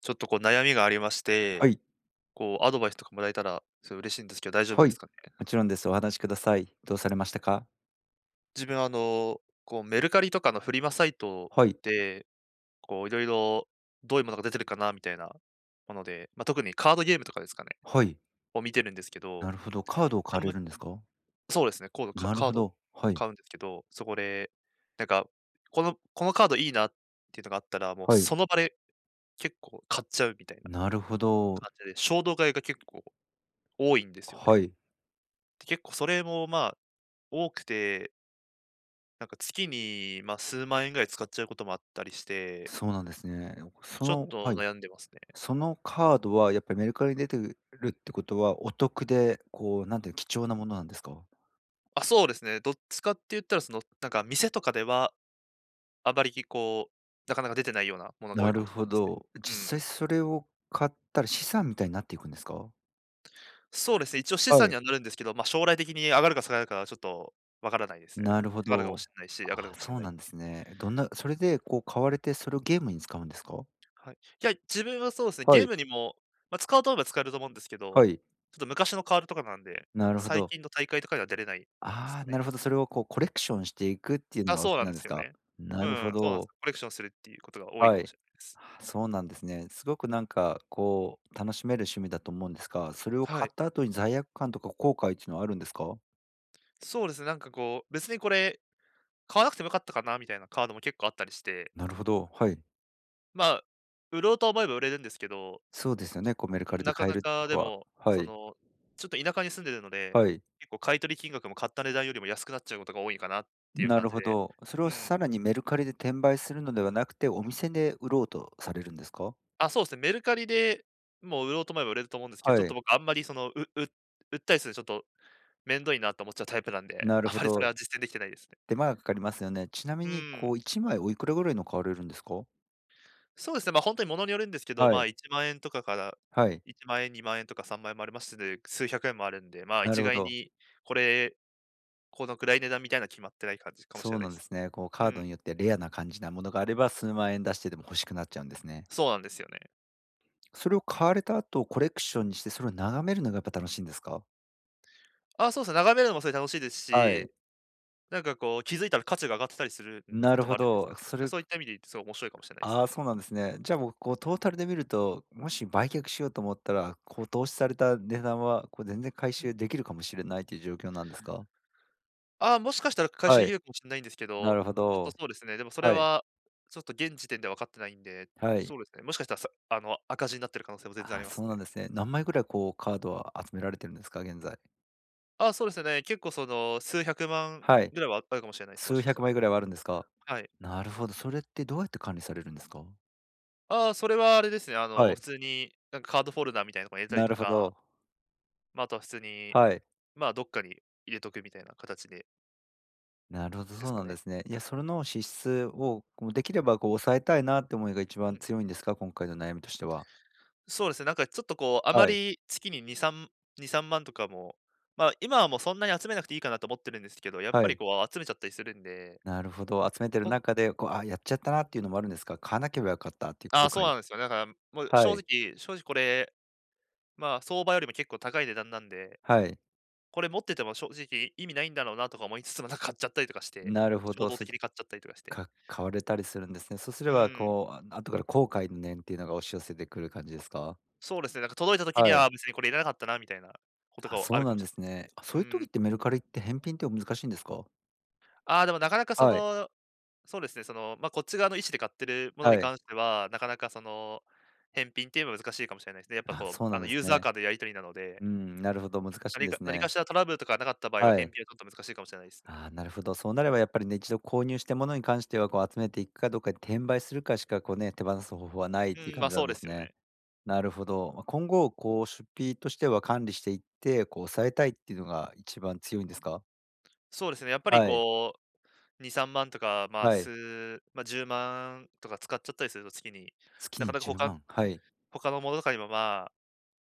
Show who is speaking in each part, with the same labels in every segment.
Speaker 1: ちょっとこう悩みがありまし
Speaker 2: は
Speaker 1: て、
Speaker 2: い。
Speaker 1: こうアドバイスとかもらえたら、すごい嬉しいんですけど、大丈夫
Speaker 2: は
Speaker 1: で
Speaker 2: い。
Speaker 1: すかね？
Speaker 2: もちろんです。お話しください。どうされましたか？
Speaker 1: 自分あの、こうメルカリとかのフリマサイト
Speaker 2: はい。
Speaker 1: で、こういろいろどういうものが出てるかなみたいなもので、まあ、特にカードゲームとかですかね、
Speaker 2: はい。
Speaker 1: を見てるんですけど、
Speaker 2: なるほど。カードを買
Speaker 1: あ
Speaker 2: わ
Speaker 1: ん
Speaker 2: れ
Speaker 1: まり
Speaker 2: るんですか？
Speaker 1: そうですね、コードカ
Speaker 2: なる
Speaker 1: カー
Speaker 2: ほ
Speaker 1: ドを
Speaker 2: ど。はい。
Speaker 1: 買うんですけど、そこで、なんか、このカードいいなっていうのがあったら、もう
Speaker 2: はい。
Speaker 1: その場で結構買っちゃうみたいな
Speaker 2: なるほど。
Speaker 1: 感じで、衝動買いが結構多いんですよね。
Speaker 2: はい。
Speaker 1: で、結構それもまあ多くて、なんか月に、まあ、数万円ぐらい使っちゃうこともあったりして、
Speaker 2: そうなんですね。
Speaker 1: ちょっと
Speaker 2: はい。
Speaker 1: 悩んでますね。
Speaker 2: そのカードはやっぱりメルカリに出てるってことは、お得で、こう、なんていうの、貴重なものなんですか？
Speaker 1: あ、そうですね、どっちかって言ったら、その、なんか店とかでは、あまりこう、なかなか出てないようなものが多
Speaker 2: な
Speaker 1: いか
Speaker 2: る
Speaker 1: もしれ
Speaker 2: ほ
Speaker 1: ないですね。
Speaker 2: ど。
Speaker 1: う
Speaker 2: 実
Speaker 1: ん。
Speaker 2: 際それを買ったら資産みたいになっていくんですか？
Speaker 1: そうですね、一応資
Speaker 2: は
Speaker 1: 産に
Speaker 2: い。
Speaker 1: はなるんですけど、まあ、将来的に上がるか下がるかはちょっとわからないですね。
Speaker 2: なるほ
Speaker 1: 下がるかも
Speaker 2: ど。
Speaker 1: しれないし、上がる
Speaker 2: あ、
Speaker 1: かもしれ
Speaker 2: そう
Speaker 1: ないっ
Speaker 2: なんで
Speaker 1: ていう。
Speaker 2: すね。どんなそれでこう買われて、それをゲームに使うんですか？
Speaker 1: はい。いや、自分はそうですね、ゲ
Speaker 2: は
Speaker 1: ー
Speaker 2: い、
Speaker 1: ムにも、まあ、使おうと思えば使えると思うんですけど、
Speaker 2: はい。
Speaker 1: ちょっと昔のカードとかなんで、
Speaker 2: なるほ
Speaker 1: 最
Speaker 2: ど。
Speaker 1: 近の大会とかには出れないんです
Speaker 2: あ
Speaker 1: か
Speaker 2: あ、な
Speaker 1: ね。
Speaker 2: るほど、それをこうコレクションしていくっていう
Speaker 1: あ、
Speaker 2: のがお好
Speaker 1: そうな
Speaker 2: き
Speaker 1: ん
Speaker 2: な
Speaker 1: で
Speaker 2: んで
Speaker 1: す
Speaker 2: す
Speaker 1: よ
Speaker 2: か？
Speaker 1: ね。う
Speaker 2: なるほ
Speaker 1: ん、そうなんです。
Speaker 2: ど、
Speaker 1: コレクションするっていうことが多いか
Speaker 2: は
Speaker 1: も
Speaker 2: い。
Speaker 1: しれないです。
Speaker 2: あ、そうなんですね。すごくなんかこう楽しめる趣味だと思うんですが、それを
Speaker 1: は
Speaker 2: 買
Speaker 1: い。
Speaker 2: った後に罪悪感とか後悔っていうのはあるんですか？
Speaker 1: そうですね、なんかこう、別にこれ買わなくてもよかったかなみたいなカードも結構あったりして、
Speaker 2: なるほど、はい。
Speaker 1: まあ、売ろうと思えば売れるんですけど、
Speaker 2: そうですよね、こうメルカリで
Speaker 1: なか
Speaker 2: 買え
Speaker 1: な
Speaker 2: るって
Speaker 1: かで
Speaker 2: ことは。
Speaker 1: も、
Speaker 2: は
Speaker 1: そ
Speaker 2: い、
Speaker 1: の、ちょっと田舎に住んでるので、
Speaker 2: はい。
Speaker 1: 結構買い取り金額も買った値段よりも安くなっちゃうことが多いかなっていう
Speaker 2: な
Speaker 1: 感
Speaker 2: る
Speaker 1: じで。
Speaker 2: ほど。それ
Speaker 1: う
Speaker 2: を
Speaker 1: ん。
Speaker 2: さらにメルカリで転売するのではなくて、お店で売ろうとされるんですか？
Speaker 1: あ、そうですね、メルカリでもう売ろうと思えば売れると思うんですけど、ちょ
Speaker 2: は
Speaker 1: っと
Speaker 2: い、
Speaker 1: 僕あんまりその、売ったりするのちょっと面倒いなと思っちゃうタイプなんで、
Speaker 2: なる
Speaker 1: あ
Speaker 2: ほ
Speaker 1: まりそれ
Speaker 2: ど。
Speaker 1: は実践できてないですね。
Speaker 2: 手間がかかりますよね。ちなみ
Speaker 1: う
Speaker 2: にこ
Speaker 1: ん。
Speaker 2: う1枚おいくらぐらいの買われるんですか？
Speaker 1: そうですね、ま、あ本当にものによるんですけど、
Speaker 2: は
Speaker 1: まあ、
Speaker 2: い、
Speaker 1: 1万円とかから
Speaker 2: はい、
Speaker 1: 1万円、2万円とか3万円もありますしで、数百円もあるんで、まあ、
Speaker 2: な
Speaker 1: 一
Speaker 2: るほ
Speaker 1: 概
Speaker 2: ど。
Speaker 1: にこれ、このくらい値段みたいな決まってない感じかもし
Speaker 2: そ
Speaker 1: れ
Speaker 2: う
Speaker 1: ない
Speaker 2: な
Speaker 1: で
Speaker 2: んで
Speaker 1: す。
Speaker 2: すね。こう
Speaker 1: う
Speaker 2: カー
Speaker 1: ん、
Speaker 2: ドによってレアな感じなものがあれば、数万円出してでも欲しくなっちゃうんですね。
Speaker 1: そうなんですよね。
Speaker 2: それを買われた後、コレクションにして、それを眺めるのがやっぱ楽しいんですか？
Speaker 1: あそうですね、眺めるのもそれ楽しいです
Speaker 2: はい、
Speaker 1: し、なんかこう気づいたら価値が上がってたりする、
Speaker 2: な
Speaker 1: こ
Speaker 2: る
Speaker 1: とも
Speaker 2: ほ
Speaker 1: あるんですよ
Speaker 2: ど。
Speaker 1: ね。そういった意味で言うすごい面白いかもしれないです
Speaker 2: ああ、
Speaker 1: ね。
Speaker 2: そうなんですね。じゃあ、もう、こう、トータルで見ると、もし売却しようと思ったら、こう、投資された値段は、こう、全然回
Speaker 1: う
Speaker 2: 収
Speaker 1: ん。
Speaker 2: できるかもしれないという状況なんですか？
Speaker 1: ああ、もしかしたら回収
Speaker 2: は
Speaker 1: でき
Speaker 2: い、
Speaker 1: るかもしれないんですけ
Speaker 2: な
Speaker 1: ど、
Speaker 2: るほ
Speaker 1: ちょっと
Speaker 2: ど。
Speaker 1: そうですね、でもそれ
Speaker 2: はい、
Speaker 1: はちょっと現時点では分かってないんで、
Speaker 2: はい。
Speaker 1: そうですね、もしかしたら、さあの、赤字になってる可能性も全然あ
Speaker 2: あ
Speaker 1: り
Speaker 2: あ、
Speaker 1: ます
Speaker 2: そうなん
Speaker 1: ね。
Speaker 2: ですね。何枚ぐらい、こう、カードは集められてるんですか？現在。
Speaker 1: あ、そうですね。結構その、数百万
Speaker 2: はい。
Speaker 1: ぐらいはあるかもしれないです、も
Speaker 2: 数
Speaker 1: しかし
Speaker 2: 百
Speaker 1: たら。
Speaker 2: 枚ぐらいはあるんですか？
Speaker 1: はい。
Speaker 2: なるほど。それってどうやって管理されるんですか？
Speaker 1: ああ、それはあれですね、あ
Speaker 2: は
Speaker 1: の、普
Speaker 2: い、
Speaker 1: 通になんかカードフォルダーみたいなのこ入れたり
Speaker 2: な
Speaker 1: と
Speaker 2: るほ
Speaker 1: か、
Speaker 2: ど。
Speaker 1: まあ、あとは普通に、
Speaker 2: はい。
Speaker 1: まあ、どっかに入れとくみたいな形で
Speaker 2: なるほど、
Speaker 1: で
Speaker 2: そ
Speaker 1: す
Speaker 2: う
Speaker 1: か
Speaker 2: なんで
Speaker 1: ね。
Speaker 2: すね。いや、それの支出を、こう、できれば、こう、抑えたいなって思いが一
Speaker 1: う
Speaker 2: 番
Speaker 1: ん。
Speaker 2: 強いんですか？今回の悩みとしては。
Speaker 1: そうですね、なんかちょっとこう、あま
Speaker 2: はい、
Speaker 1: り月に2、3万とかも、まあ、今はもうそんなに集めなくていいかなと思ってるんですけど、やっ
Speaker 2: は
Speaker 1: ぱり
Speaker 2: い。
Speaker 1: こう集めちゃったりするんで、
Speaker 2: なるほど。集めてる
Speaker 1: そん
Speaker 2: 中で、こう、あ、やっちゃったなっていうのもあるんですか？買わなければよかったっていう
Speaker 1: あ
Speaker 2: 後
Speaker 1: あ、そう
Speaker 2: 悔。
Speaker 1: なんですよね。だからもう
Speaker 2: は
Speaker 1: 正
Speaker 2: い、
Speaker 1: 直正直これ、まあ、相場よりも結構高い値段なんで
Speaker 2: はい。
Speaker 1: これ持ってても正直意味ないんだろうなとか思いつつも、なんか買っちゃったりとかして、
Speaker 2: なるほ
Speaker 1: 衝
Speaker 2: ど。
Speaker 1: 動
Speaker 2: それ
Speaker 1: 的
Speaker 2: で、
Speaker 1: に買っちゃったりとかして。
Speaker 2: 買われたりするんですね。そうす
Speaker 1: う
Speaker 2: れば、
Speaker 1: ん、
Speaker 2: こう、あ、後から後悔の念っていうのが押し寄せてくる感じですか？
Speaker 1: そうですね、なんか届いた時
Speaker 2: は
Speaker 1: に
Speaker 2: い。
Speaker 1: は、別にこれいらなかったなみたいなこと
Speaker 2: あ、
Speaker 1: があ
Speaker 2: そう
Speaker 1: るか
Speaker 2: な
Speaker 1: も
Speaker 2: ん
Speaker 1: し
Speaker 2: で
Speaker 1: れな
Speaker 2: すね。
Speaker 1: いで
Speaker 2: あ、そ
Speaker 1: す
Speaker 2: ういう
Speaker 1: ね。う
Speaker 2: 時
Speaker 1: ん。
Speaker 2: ってメルカリって返品って難しいんですか？
Speaker 1: ああ、でもなかなかそ
Speaker 2: はい、
Speaker 1: の、そうですね、その、まあ、こっち側の意思で買ってるもの
Speaker 2: は
Speaker 1: に
Speaker 2: い。
Speaker 1: 関しては、なかなかその、返品っていうのは難しいかもしれないですね。やっぱ
Speaker 2: あ、
Speaker 1: こう、
Speaker 2: そう
Speaker 1: あ
Speaker 2: なん
Speaker 1: の、
Speaker 2: です
Speaker 1: ユーザー
Speaker 2: ね。
Speaker 1: 間でやり取りなので、
Speaker 2: うん、なるほど、難しいん
Speaker 1: 何
Speaker 2: で
Speaker 1: か
Speaker 2: す
Speaker 1: 何か
Speaker 2: ね。
Speaker 1: しらトラブルとかなかった場合は
Speaker 2: は
Speaker 1: 返
Speaker 2: い。
Speaker 1: 品はちょっと難しいかもしれないですね。
Speaker 2: ああ、なるほど。そうなればやっぱりね、一度購入したものに関しては、こう集めていくかどうかで転売するかしか、こうね、手放す方法はないっ
Speaker 1: う
Speaker 2: ていう
Speaker 1: ん、
Speaker 2: 感
Speaker 1: ま、
Speaker 2: じな
Speaker 1: そ
Speaker 2: ん
Speaker 1: うで
Speaker 2: です
Speaker 1: すよ
Speaker 2: ね。
Speaker 1: ね。
Speaker 2: なるほど。ま、今後、こう出費としては管理していって、こう抑えたいっていうのが一番強いんですか？
Speaker 1: そうですね、やっぱり
Speaker 2: はい、
Speaker 1: こう2、3万とか、まあ、
Speaker 2: はい。
Speaker 1: 数まあ、10万とか使っちゃったりすると月に、
Speaker 2: 月
Speaker 1: なか
Speaker 2: に
Speaker 1: なか
Speaker 2: 10
Speaker 1: 他
Speaker 2: 万、はい。
Speaker 1: 他のものとかにも、ま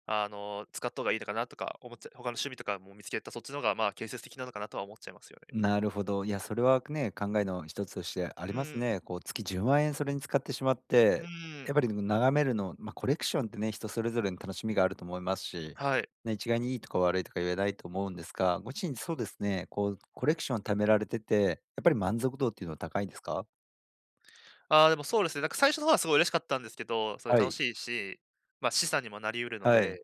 Speaker 1: あ、あの、使った方がいいのかなとか思っちゃ他の趣味とかも見つけたそっちの方が、まあ、建設的なのかなとは思っちゃいますよね。
Speaker 2: なるほど。いや、それはね、考えの一つとしてあり
Speaker 1: う
Speaker 2: ます
Speaker 1: ん、
Speaker 2: ね。こう、月10万円それに使ってしまっ
Speaker 1: う
Speaker 2: て、や
Speaker 1: ん、
Speaker 2: っぱり眺めるの、まあ、コレクションってね、人それぞれの楽しみがあると思いますし、
Speaker 1: はい。
Speaker 2: ね、一概にいいとか悪いとか言えないと思うんですが、ご自身そうですね、こう、コレクション貯められてて、やっぱり満足度っていうのは高いんですか？
Speaker 1: ああ、でもそうですね、なんか最初の方はすごい嬉しかったんですけど、それ
Speaker 2: は
Speaker 1: 楽
Speaker 2: い、
Speaker 1: しいし、まあ、資産にもなり得るの
Speaker 2: は
Speaker 1: で、
Speaker 2: い。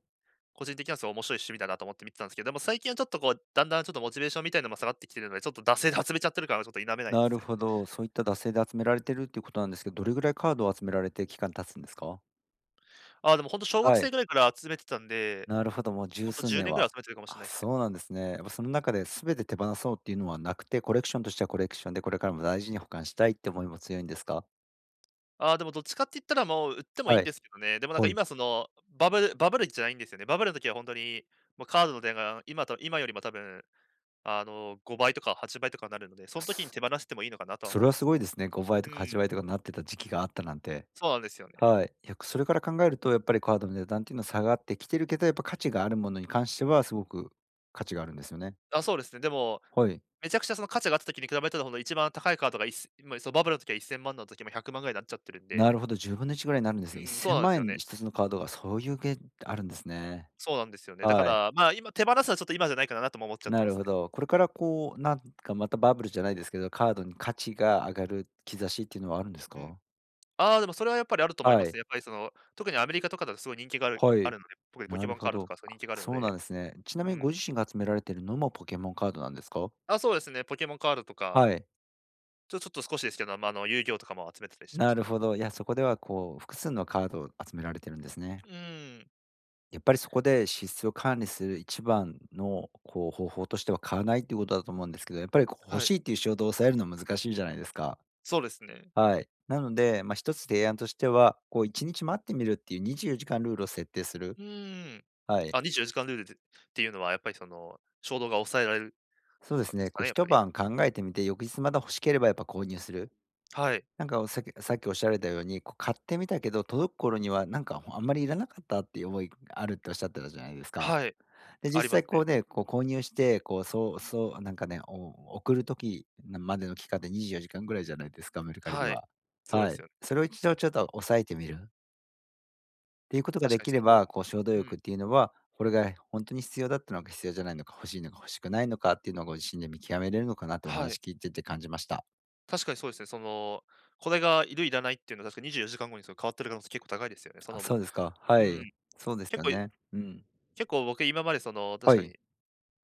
Speaker 1: 個人的にはすごい面白い趣味だなと思って見てたんですけど、でも最近はちょっとこう、だんだんちょっとモチベーションみたいなのも下がってきてるので、ちょっと惰性で集めちゃってるからちょっと否めないで
Speaker 2: な
Speaker 1: す
Speaker 2: る
Speaker 1: ね。
Speaker 2: ほど。そういった惰性で集められてるっていうことなんですけど、どれぐらいカードを集められて期間経つんですか？
Speaker 1: ああ、でもほんと小学
Speaker 2: はい。
Speaker 1: 生ぐらいから集めてたんで
Speaker 2: なるほど、もう
Speaker 1: ほ
Speaker 2: 十
Speaker 1: んと
Speaker 2: 数
Speaker 1: 10
Speaker 2: 年
Speaker 1: 年ぐら
Speaker 2: は。
Speaker 1: い集めてるかもしれ
Speaker 2: あ、
Speaker 1: ないですね。
Speaker 2: そうなんですね。やっぱその中で全て手放そうっていうのはなくて、コレクションとしてはコレクションで、これからも大事に保管したいって思いも強いんですか？
Speaker 1: ああ、でもどっちかって言ったらもう売ってもいい
Speaker 2: は
Speaker 1: ん
Speaker 2: い。
Speaker 1: ですけどね。でもなんか
Speaker 2: はい。
Speaker 1: 今その、バブルじゃないんですよね。バブルの時は本当に、もうカードの値が今よりも多分、あの、5倍とか8倍とかになるので、その時に
Speaker 2: そ
Speaker 1: 手放してもいいのかなとは
Speaker 2: そ
Speaker 1: 思
Speaker 2: れ
Speaker 1: い
Speaker 2: は
Speaker 1: ま
Speaker 2: す
Speaker 1: す。
Speaker 2: ごいですね。5倍
Speaker 1: う
Speaker 2: とか8
Speaker 1: ん、
Speaker 2: 倍とかなってた時期があったなんて。
Speaker 1: そうなんですよね。
Speaker 2: はい。いや、それから考えるとやっぱりカードの値段っていうのは下がってきてるけど、やっぱ価値があるものに関してはすごく価値があるんですよね。
Speaker 1: あ、そうですね。でも、
Speaker 2: はい。
Speaker 1: めちゃくちゃその価値があった時に比べたらほんと一番高いカードがいっせんま、そのバブルの時は1000万の時も100万ぐらいになっちゃってるん
Speaker 2: な
Speaker 1: で、
Speaker 2: るほど、10分の1ぐらいになるんですね。
Speaker 1: うん、そう
Speaker 2: 1000
Speaker 1: なんで
Speaker 2: 万
Speaker 1: すよ
Speaker 2: 円
Speaker 1: ね。
Speaker 2: 一つのカードがそういうげあるんですね。
Speaker 1: そうなんですよね。だか
Speaker 2: はい。
Speaker 1: ら、まあ、今手放すのはちょっと今じゃないかなとも思っちゃって
Speaker 2: な
Speaker 1: ま
Speaker 2: る
Speaker 1: す
Speaker 2: ほ
Speaker 1: ね。
Speaker 2: ど。これからこう、なんかまたバブルじゃないですけど、カードに価値が上がる兆しっていうのはあるんです
Speaker 1: うん。
Speaker 2: か？
Speaker 1: ああ、でもそれはやっぱりあると思い
Speaker 2: は
Speaker 1: ます
Speaker 2: い。
Speaker 1: ね。やっぱりその、特にアメリカとかだとすごい人気がある
Speaker 2: は
Speaker 1: あ
Speaker 2: い。
Speaker 1: るので、特にポ
Speaker 2: な
Speaker 1: ケ
Speaker 2: る
Speaker 1: モン
Speaker 2: ほ
Speaker 1: カードと
Speaker 2: ど。
Speaker 1: かそう
Speaker 2: あ、
Speaker 1: 人気があるの
Speaker 2: そうなん
Speaker 1: で、
Speaker 2: ですね。ちな
Speaker 1: う
Speaker 2: みにご
Speaker 1: ん。
Speaker 2: 自身が集められているのもポケモンカードなんですか？
Speaker 1: あ、そうですね、ポケモンカードとか、
Speaker 2: はい。
Speaker 1: ちょっと少しですけど、ま、あの、遊戯王とかも集めてたりしてま
Speaker 2: な
Speaker 1: した
Speaker 2: る
Speaker 1: ね。
Speaker 2: ほど。いや、そこではこう、複数のカードを集められてるんですね。
Speaker 1: うーん。
Speaker 2: やっぱりそこで支出を管理する一番のこう、方法としては買わないっていうことだと思うんですけど、やっぱりこう欲
Speaker 1: はい、
Speaker 2: しいっていう衝動を抑えるのは難しいじゃないですか。
Speaker 1: そうですね。
Speaker 2: はい。なので、まあ、一つ提案としては、こう1日待ってみるっていう24時間ルールを設定する。
Speaker 1: うーん。
Speaker 2: はい。
Speaker 1: あ、24時間ルールでっていうのはやっぱりその、衝動が抑えられる
Speaker 2: そうで
Speaker 1: か
Speaker 2: す
Speaker 1: で
Speaker 2: ね、
Speaker 1: す
Speaker 2: こ
Speaker 1: か
Speaker 2: う
Speaker 1: ね、やっ
Speaker 2: 一
Speaker 1: ぱり。
Speaker 2: 晩考えてみて、翌日まだ欲しければやっぱ購入する。
Speaker 1: はい、
Speaker 2: なんか、おさっきさっきおっしゃられたように、こう買ってみたけど、届く頃にはなんか、あんまりいらなかったっていう思いがあるっておっしゃってたじゃないですか。
Speaker 1: はい、
Speaker 2: で、
Speaker 1: あり
Speaker 2: 実
Speaker 1: ます
Speaker 2: 際こ
Speaker 1: ね。
Speaker 2: うね、こう購入して、こう、そうそう、なんかね、送る時までの期間で24時間ぐらいじゃないですか、メルカリで
Speaker 1: はい、
Speaker 2: は。
Speaker 1: そうで
Speaker 2: は
Speaker 1: す
Speaker 2: い。
Speaker 1: よね。
Speaker 2: それを一度ちょっと抑えてみる。ていうことが
Speaker 1: 確
Speaker 2: で
Speaker 1: かに
Speaker 2: きれ
Speaker 1: その
Speaker 2: ば、こう、衝動
Speaker 1: うん、
Speaker 2: 欲っていうのは、これが本当に必要だったのか、必要じゃないのか、欲しいのか欲しくないのかっていうのをご自身で見極めれるのかなってお
Speaker 1: は
Speaker 2: 話
Speaker 1: い。
Speaker 2: 聞いてて感じました。
Speaker 1: 確かにそうですね。その、これがいるいらないっていうのは確か24時間後にその変わってる可能性結構高いですよね。その、
Speaker 2: あ、そうですか。は
Speaker 1: う
Speaker 2: い。
Speaker 1: ん。
Speaker 2: そうです
Speaker 1: 結
Speaker 2: よ
Speaker 1: 構
Speaker 2: ね。うん。
Speaker 1: 結構僕今までその、確
Speaker 2: は
Speaker 1: か
Speaker 2: い。
Speaker 1: に、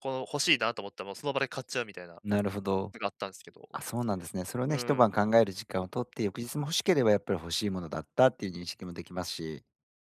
Speaker 1: この欲しいなと思ったらもうその場で買っちゃうみたいな
Speaker 2: なるほど。
Speaker 1: のがあったんですけど。
Speaker 2: あ、そうなんですね。それを
Speaker 1: う
Speaker 2: ね、一
Speaker 1: ん。
Speaker 2: 晩考える時間を取って、翌日も欲しければやっぱり欲しいものだったっていう認識もできますし、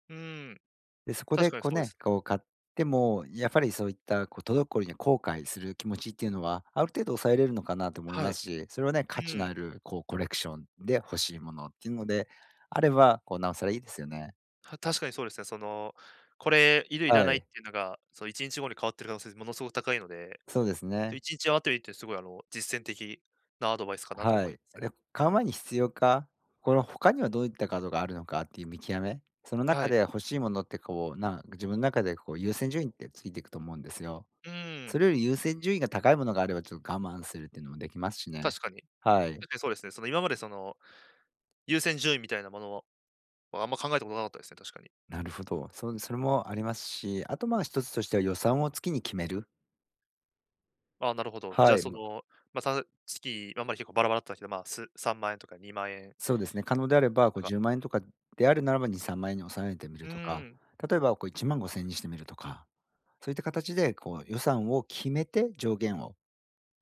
Speaker 1: うん。
Speaker 2: で、そこ
Speaker 1: 確
Speaker 2: で
Speaker 1: かに
Speaker 2: こう
Speaker 1: そうで
Speaker 2: ね、
Speaker 1: すね。
Speaker 2: こう買っても、やっぱりそういったこう戸惑いや後悔する気持ちっていうのは、ある程度抑えれるのかなと思い
Speaker 1: は
Speaker 2: ま
Speaker 1: い。
Speaker 2: すし、それはね、
Speaker 1: う
Speaker 2: 価値の
Speaker 1: ん。
Speaker 2: あるこうコレクションで欲しいものっていうのであれば、こうなおさらいいですよね。
Speaker 1: は確かにそうですね。その、これいるいら
Speaker 2: は
Speaker 1: ないっ
Speaker 2: い、
Speaker 1: ていうのが、その1日後に変わってる可能性ものすごく高いので、
Speaker 2: そうです
Speaker 1: その
Speaker 2: ね。
Speaker 1: 1日あたるってすごい実践的なアドバイスかなと
Speaker 2: は
Speaker 1: 思い
Speaker 2: い。
Speaker 1: ます。
Speaker 2: で、買う前に必要か、これ他にはどういったカードがあるのかっていう見極め、その
Speaker 1: は
Speaker 2: 中
Speaker 1: い。
Speaker 2: で欲しいものってこう、自分の中でこう優先順位ってついていくと思うんですよ。
Speaker 1: う
Speaker 2: そ
Speaker 1: ん。
Speaker 2: れより優先順位が高いものがあれば、ちょっと我慢するっていうのもできますしね。
Speaker 1: 確かに。
Speaker 2: はい。
Speaker 1: 確かにそうですね。その今までその優先順位みたいなものをあんま考えたことなかったですね、確かに。
Speaker 2: なるほど。それもありますし、あと、まあ、一つとしては予算を月に決める。
Speaker 1: ああ、なるほど。じゃ
Speaker 2: は
Speaker 1: あ、
Speaker 2: い、
Speaker 1: そ
Speaker 2: ま、
Speaker 1: の、まあ、さ月、まあんまり結構バラバラだったけど、まあ、す3万円とか2万円
Speaker 2: そうですね。可能であれば、こ
Speaker 1: と
Speaker 2: う
Speaker 1: か。
Speaker 2: 10万円とかであるならば、2、3万円に抑えてみる
Speaker 1: うー
Speaker 2: とか、
Speaker 1: ん、
Speaker 2: 例えばこう1万5千円にしてみるとか、そういった形でこう予算を決めて、上限を。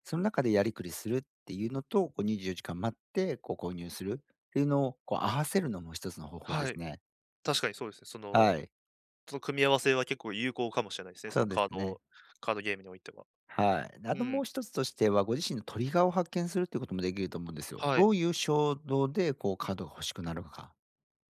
Speaker 2: その中でやりくりするっていうのと、こう24時間待ってこう購入するっていうのを、こう合わせるのも一つの方法で
Speaker 1: は
Speaker 2: す
Speaker 1: い。
Speaker 2: ね。
Speaker 1: 確かにそうですね。そ
Speaker 2: は
Speaker 1: の、
Speaker 2: い、
Speaker 1: その組み合わせは結構有効かもしれないですね、
Speaker 2: そ
Speaker 1: その
Speaker 2: うで
Speaker 1: カ
Speaker 2: す
Speaker 1: ー
Speaker 2: ね。
Speaker 1: ドカードゲームにおいては。
Speaker 2: はい。で、あ
Speaker 1: う
Speaker 2: と
Speaker 1: ん、
Speaker 2: もう一つとしては、ご自身のトリガーを発見するっていうこともできると思うんですよ。
Speaker 1: はい。
Speaker 2: どういう衝動でこうカードが欲しくなるのか、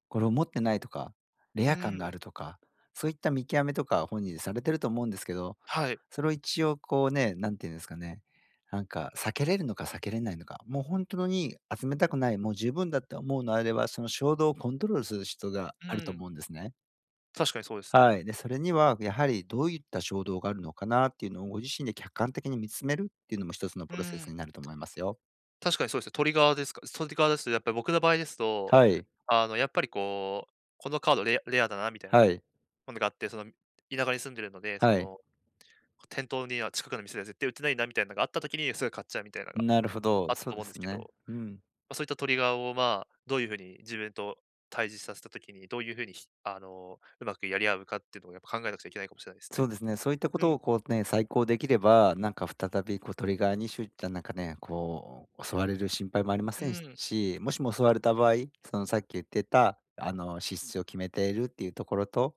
Speaker 2: これを持ってないとか、レ
Speaker 1: う
Speaker 2: ア
Speaker 1: ー
Speaker 2: 感があ
Speaker 1: ん、
Speaker 2: るとか、そういった見極めとか本人でされてると思うんですけど、
Speaker 1: はい。
Speaker 2: それを一応こうね、なんていうんですかね、なんか避けれるのか避けれないのか、もう本当に集めたくない、もう十分だって思うのであれば、その衝動をコントロールする人が
Speaker 1: う
Speaker 2: あると
Speaker 1: ん、
Speaker 2: 思うんですね。
Speaker 1: 確かにそうです
Speaker 2: は
Speaker 1: ね。
Speaker 2: い。で、それにはやはりどういった衝動があるのかなっていうのをご自身で客観的に見つめるっていうのも一つの
Speaker 1: う
Speaker 2: プロセ
Speaker 1: ー
Speaker 2: ス
Speaker 1: ん、
Speaker 2: になると思いますよ。
Speaker 1: 確かにそうですね。トリガーですかトリガーですと、やっぱり僕の場合ですと、
Speaker 2: はい。
Speaker 1: やっぱりこう、このカードレアだなみたいな
Speaker 2: はい。
Speaker 1: ものがあって、その、田舎に住んでるので、そ
Speaker 2: はい。
Speaker 1: の店頭には近くの店では絶対売ってないなみたいなのがあった時に、すぐ買っちゃうみたいなのが
Speaker 2: なるほ
Speaker 1: あ
Speaker 2: ど、
Speaker 1: った
Speaker 2: そ
Speaker 1: と
Speaker 2: うで
Speaker 1: 思うんで
Speaker 2: す
Speaker 1: すけど、ま
Speaker 2: ね。うん。
Speaker 1: あ、そういったトリガーを、まあ、どういうふうに自分と対峙させた時に、どういうふうに、ひあの、うまくやり合うかっていうのをやっぱ考えなくちゃいけないかもしれないですね。
Speaker 2: そうですね。そういったこ
Speaker 1: う
Speaker 2: と
Speaker 1: ん、
Speaker 2: をこうね、再考できれば、なんか再びこうトリガーにあ、なんかね、こう襲われる心配もありま
Speaker 1: う
Speaker 2: せん
Speaker 1: ん、
Speaker 2: し、もしも襲われた場合、そのさっき言ってた、あの、資質を決めているっていうところと、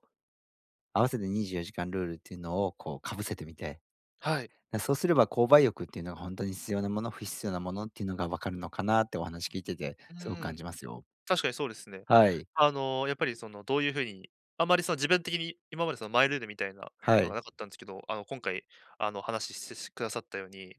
Speaker 2: 合わせて24時間ルールっていうのをこうかぶせてみて、
Speaker 1: はい。
Speaker 2: だそうすれば、購買欲っていうのが本当に必要なもの、不必要なものっていうのが分かるのかなってお話聞いてて、
Speaker 1: う
Speaker 2: すごく感
Speaker 1: ん。
Speaker 2: じますよ。
Speaker 1: 確かにそうですね。
Speaker 2: はい。
Speaker 1: やっぱりその、どういうふうに、あまりその自分的に今までそのマイルールみたいな
Speaker 2: は
Speaker 1: のが
Speaker 2: い。
Speaker 1: なかったんですけど、今回、話してしくださったように、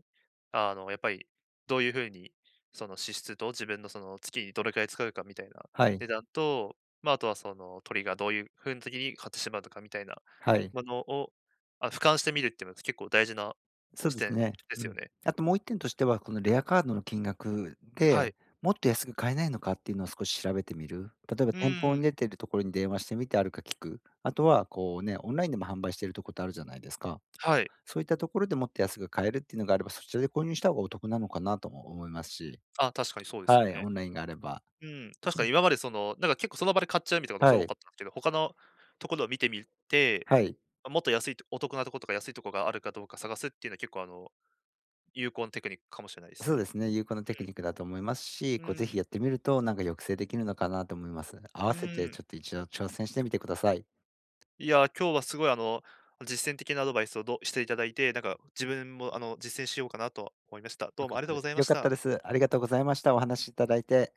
Speaker 1: やっぱりどういうふうに、その支出と自分のその月にどれくらい使うかみたいな
Speaker 2: はい。
Speaker 1: 値段と、まあ、あとはその鳥がどういうふうに時に買ってしまうとかみたいな
Speaker 2: はい。
Speaker 1: ものを、あ、俯瞰してみるっていうのは結構大事な
Speaker 2: そう
Speaker 1: 視
Speaker 2: で
Speaker 1: 点
Speaker 2: すね。
Speaker 1: で
Speaker 2: う
Speaker 1: すよ
Speaker 2: ん。
Speaker 1: ね。
Speaker 2: あともう一点としては、このレアカードの金額で、
Speaker 1: はい。
Speaker 2: もっと安く買えないのかっていうのを少し調べてみる。例えば
Speaker 1: う
Speaker 2: 店舗
Speaker 1: ん、
Speaker 2: に出てるところに電話してみてあるか聞く。あとは、こうね、オンラインでも販売してるところってあるじゃないですか。
Speaker 1: はい。
Speaker 2: そういったところでもっと安く買えるっていうのがあれば、そちらで購入した方がお得なのかなとも思いますし。
Speaker 1: あ、確かにそうですよ
Speaker 2: はい、
Speaker 1: ね。
Speaker 2: オンラインがあれば。
Speaker 1: うん、確かに今までその、なんか結構その場で買っちゃうみたいなことがす
Speaker 2: は
Speaker 1: ごい多
Speaker 2: い。
Speaker 1: かったんですけど、他のところを見てみて、
Speaker 2: はい。
Speaker 1: もっと安いとお得なところとか安いところがあるかどうか探すっていうのは結構有効なテクニックかもしれないです
Speaker 2: そう
Speaker 1: ね。
Speaker 2: ですね、有効なテ
Speaker 1: う
Speaker 2: ク
Speaker 1: ん。
Speaker 2: ニックだと思いますし、
Speaker 1: う
Speaker 2: こうぜひ
Speaker 1: ん。
Speaker 2: やってみると、なんか抑制できるのかなと思います。合
Speaker 1: う
Speaker 2: わせて
Speaker 1: ん。
Speaker 2: ちょっと一度挑戦してみてください。
Speaker 1: いや、今日はすごい実践的なアドバイスをどしていただいて、なんか自分も実践しようかなと思いました。ど
Speaker 2: よ
Speaker 1: うも
Speaker 2: か
Speaker 1: あ
Speaker 2: っ
Speaker 1: りが
Speaker 2: た
Speaker 1: とうご
Speaker 2: で
Speaker 1: ざいま
Speaker 2: よ
Speaker 1: し
Speaker 2: かった
Speaker 1: た。
Speaker 2: です。ありがとうございました。お話しいただいて。